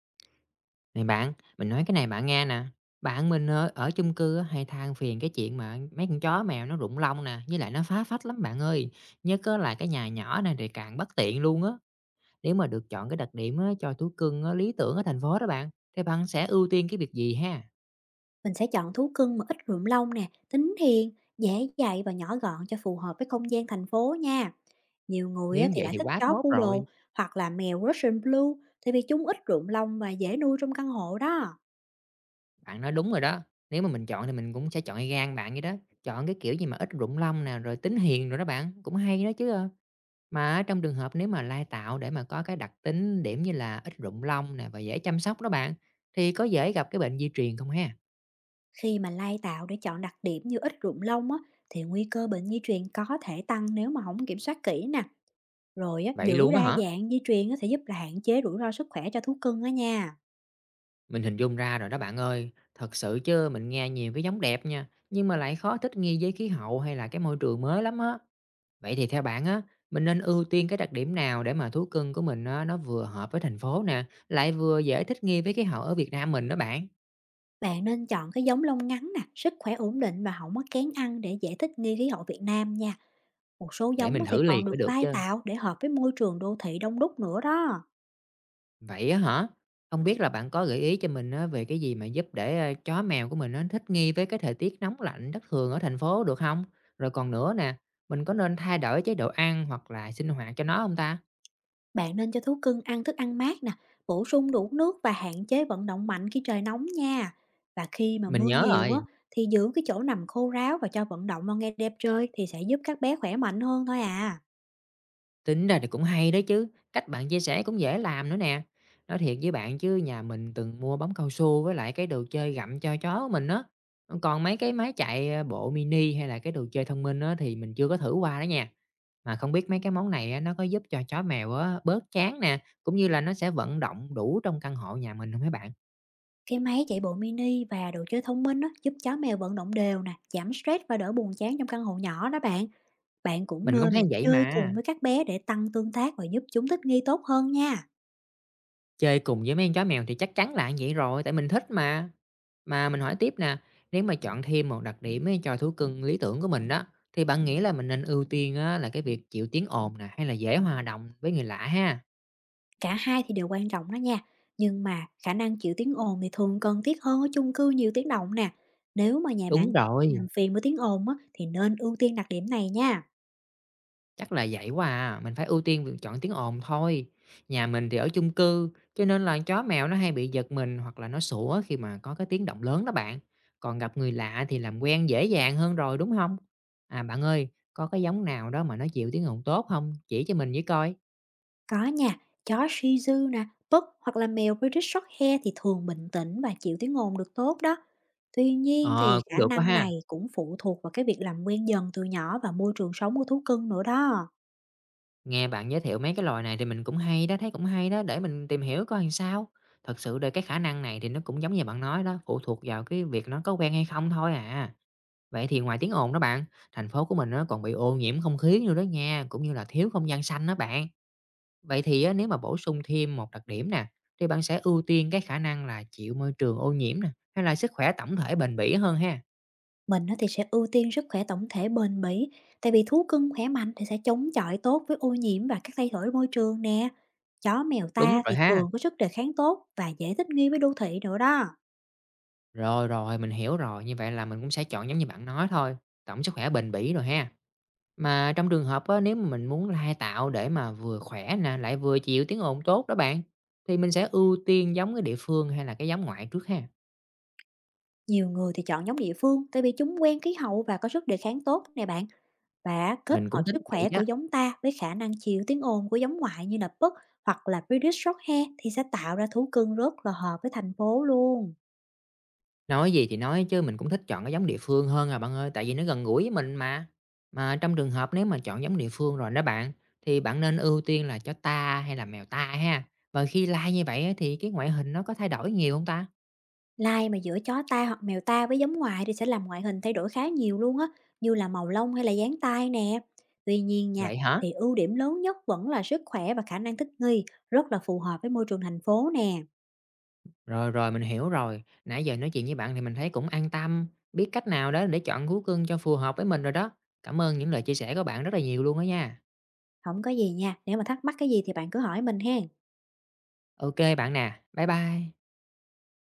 Này bạn, mình nói cái này bạn nghe nè. Bạn mình ở chung cư á, hay than phiền cái chuyện mà mấy con chó mèo nó rụng lông nè, với lại nó phá phách lắm bạn ơi. Nhất á là cái nhà nhỏ này thì càng bất tiện luôn á. Nếu mà được chọn cái đặc điểm á, cho thú cưng á, lý tưởng ở thành phố đó bạn, thì bạn sẽ ưu tiên cái việc gì ha? Mình sẽ chọn thú cưng mà ít rườm lông nè, tính hiền, dễ dạy và nhỏ gọn cho phù hợp với không gian thành phố nha. Nhiều người á Nếu thì vậy lại thì thích quá chó tốt rồi. poodle hoặc là mèo Russian Blue, tại vì chúng ít rườm lông và dễ nuôi trong căn hộ đó. Bạn nói đúng rồi đó. Nếu mà mình chọn thì mình cũng sẽ chọn y gan bạn vậy đó. Chọn cái kiểu gì mà ít rụng lông nè, rồi tính hiền rồi đó bạn. Cũng hay đó chứ. À. Mà á trong trường hợp nếu mà lai tạo để mà có cái đặc tính điểm như là ít rụng lông nè và dễ chăm sóc đó bạn, thì có dễ gặp cái bệnh di truyền không ha? Khi mà lai tạo để chọn đặc điểm như ít rườm lông á, thì nguy cơ bệnh di truyền có thể tăng nếu mà không kiểm soát kỹ nè. Rồi á, Vậy giữ luôn á đa hả? dạng di truyền á, sẽ giúp là hạn chế rủi ro sức khỏe cho thú cưng á nha. Mình hình dung ra rồi đó bạn ơi. Thật sự chứ mình nghe nhiều cái giống đẹp nha, nhưng mà lại khó thích nghi với khí hậu hay là cái môi trường mới lắm á. Vậy thì theo bạn á, mình nên ưu tiên cái đặc điểm nào để mà thú cưng của mình á, nó vừa hợp với thành phố nè, lại vừa dễ thích nghi với khí hậu ở Việt Nam mình đó bạn. Bạn nên chọn cái giống lông ngắn nè, sức khỏe ổn định và không có kén ăn để dễ thích nghi khí hậu Việt Nam nha. Một số Để giống mình á thì thử liền còn mới được được lai chứ. tạo để hợp với môi trường đô thị đông đúc nữa đó. Vậy á hả? Không biết là bạn có gợi ý cho mình á về cái gì mà giúp để chó mèo của mình nó thích nghi với cái thời tiết nóng lạnh thất thường ở thành phố được không. Rồi còn nữa nè, mình có nên thay đổi chế độ ăn hoặc là sinh hoạt cho nó không ta? Bạn nên cho thú cưng ăn thức ăn mát nè, bổ sung đủ nước và hạn chế vận động mạnh khi trời nóng nha. Và khi mà Mình mưa nhớ nhiều rồi. á, thì giữ cái chỗ nằm khô ráo và cho vận động vào ngay đẹp trời thì sẽ giúp các bé khỏe mạnh hơn thôi à. Tính ra thì cũng hay đó chứ, cách bạn chia sẻ cũng dễ làm nữa nè. Nói thiệt với bạn chứ nhà mình từng mua bóng cao su với lại cái đồ chơi gặm cho chó của mình á. Còn mấy cái bộ mini hay là cái đồ chơi thông minh á thì mình chưa có thử qua đó nha. Mà không biết mấy cái món này á nó có giúp cho chó mèo á bớt chán nè, cũng như là nó sẽ vận động đủ trong căn hộ nhà mình không mấy bạn? Cái máy chạy bộ mini và đồ chơi thông minh á, giúp chó mèo vận động đều nè, giảm stress và đỡ buồn chán trong căn hộ nhỏ đó bạn. Bạn cũng Mình cũng nên thấy là vậy chơi mà. cùng với các bé để tăng tương tác và giúp chúng thích nghi tốt hơn nha. Chơi cùng với mấy con chó mèo thì chắc chắn là vậy rồi, tại mình thích mà. Mà mình hỏi tiếp nè, nếu mà chọn thêm một đặc điểm ấy cho thú cưng lý tưởng của mình đó, thì bạn nghĩ là mình nên ưu tiên á, là cái việc chịu tiếng ồn nè, hay là dễ hòa đồng với người lạ ha? Cả hai thì đều quan trọng đó nha, nhưng mà khả năng chịu tiếng ồn thì thường cần thiết hơn ở chung cư nhiều tiếng động nè. Nếu mà nhà bạn Đúng rồi. làm phiền với tiếng ồn á, thì nên ưu tiên đặc điểm này nha. Chắc là vậy quá à, mình phải ưu tiên việc chọn tiếng ồn thôi. Nhà mình thì ở chung cư, cho nên là chó mèo nó hay bị giật mình hoặc là nó sủa khi mà có cái tiếng động lớn đó bạn. Còn gặp người lạ thì làm quen dễ dàng hơn rồi đúng không? À bạn ơi, có cái giống nào đó mà nó chịu tiếng ồn tốt không? Chỉ cho mình với coi. Có nha, chó Shih Tzu nè, Pug hoặc là mèo British Shorthair thì thường bình tĩnh và chịu tiếng ồn được tốt đó. Tuy nhiên thì Ờ, cũng khả được quá năng ha. này cũng phụ thuộc vào cái việc làm quen dần từ nhỏ và môi trường sống của thú cưng nữa đó. Nghe bạn giới thiệu mấy cái loài này thì mình cũng hay đó, thấy cũng hay đó, để mình tìm hiểu coi làm sao. Thật sự là cái khả năng này thì nó cũng giống như bạn nói đó, phụ thuộc vào cái việc nó có quen hay không thôi à. Vậy thì ngoài tiếng ồn đó bạn, thành phố của mình nó còn bị ô nhiễm không khí nữa đó nha, cũng như là thiếu không gian xanh đó bạn. Vậy thì á, nếu mà bổ sung thêm một đặc điểm nè, thì bạn sẽ ưu tiên cái khả năng là chịu môi trường ô nhiễm nè, hay là sức khỏe tổng thể bền bỉ hơn ha? Mình á thì sẽ ưu tiên sức khỏe tổng thể bền bỉ, tại vì thú cưng khỏe mạnh thì sẽ chống chọi tốt với ô nhiễm và các thay đổi môi trường nè. Chó mèo Đúng ta rồi thì ha. thường có sức đề kháng tốt và dễ thích nghi với đô thị nữa đó. Rồi rồi, mình hiểu rồi, như vậy là mình cũng sẽ chọn giống như bạn nói thôi, tổng sức khỏe bền bỉ rồi ha. Mà trong trường hợp á, nếu mà mình muốn lai tạo để mà vừa khỏe nè, lại vừa chịu tiếng ồn tốt đó bạn, thì mình sẽ ưu tiên giống cái địa phương hay là cái giống ngoại trước ha. Nhiều người thì chọn giống địa phương tại vì chúng quen khí hậu và có sức đề kháng tốt nè bạn. Và kết Mình hợp cũng tính sức vậy khỏe đó. của giống ta với khả năng chịu tiếng ồn của giống ngoại như là Pug hoặc là British Shorthair thì sẽ tạo ra thú cưng rất là hợp với thành phố luôn. Nói gì thì nói chứ mình cũng thích chọn cái giống địa phương hơn à bạn ơi, tại vì nó gần gũi với mình mà. Mà trong trường hợp nếu mà chọn giống địa phương rồi đó bạn, thì bạn nên ưu tiên là chó ta hay là mèo ta ha? Và khi lai như vậy á thì cái ngoại hình nó có thay đổi nhiều không ta? Lai mà giữa chó ta hoặc mèo ta với giống ngoại thì sẽ làm ngoại hình thay đổi khá nhiều luôn á, như là màu lông hay là dáng tai nè. Tuy nhiên nha, Vậy hả? thì ưu điểm lớn nhất vẫn là sức khỏe và khả năng thích nghi, rất là phù hợp với môi trường thành phố nè. Rồi, rồi, mình hiểu rồi. Nãy giờ nói chuyện với bạn thì mình thấy cũng an tâm, biết cách nào đó để chọn thú cưng cho phù hợp với mình rồi đó. Cảm ơn những lời chia sẻ của bạn rất là nhiều luôn á nha. Không có gì nha, nếu mà thắc mắc cái gì thì bạn cứ hỏi mình ha. OK bạn nè. Bye bye.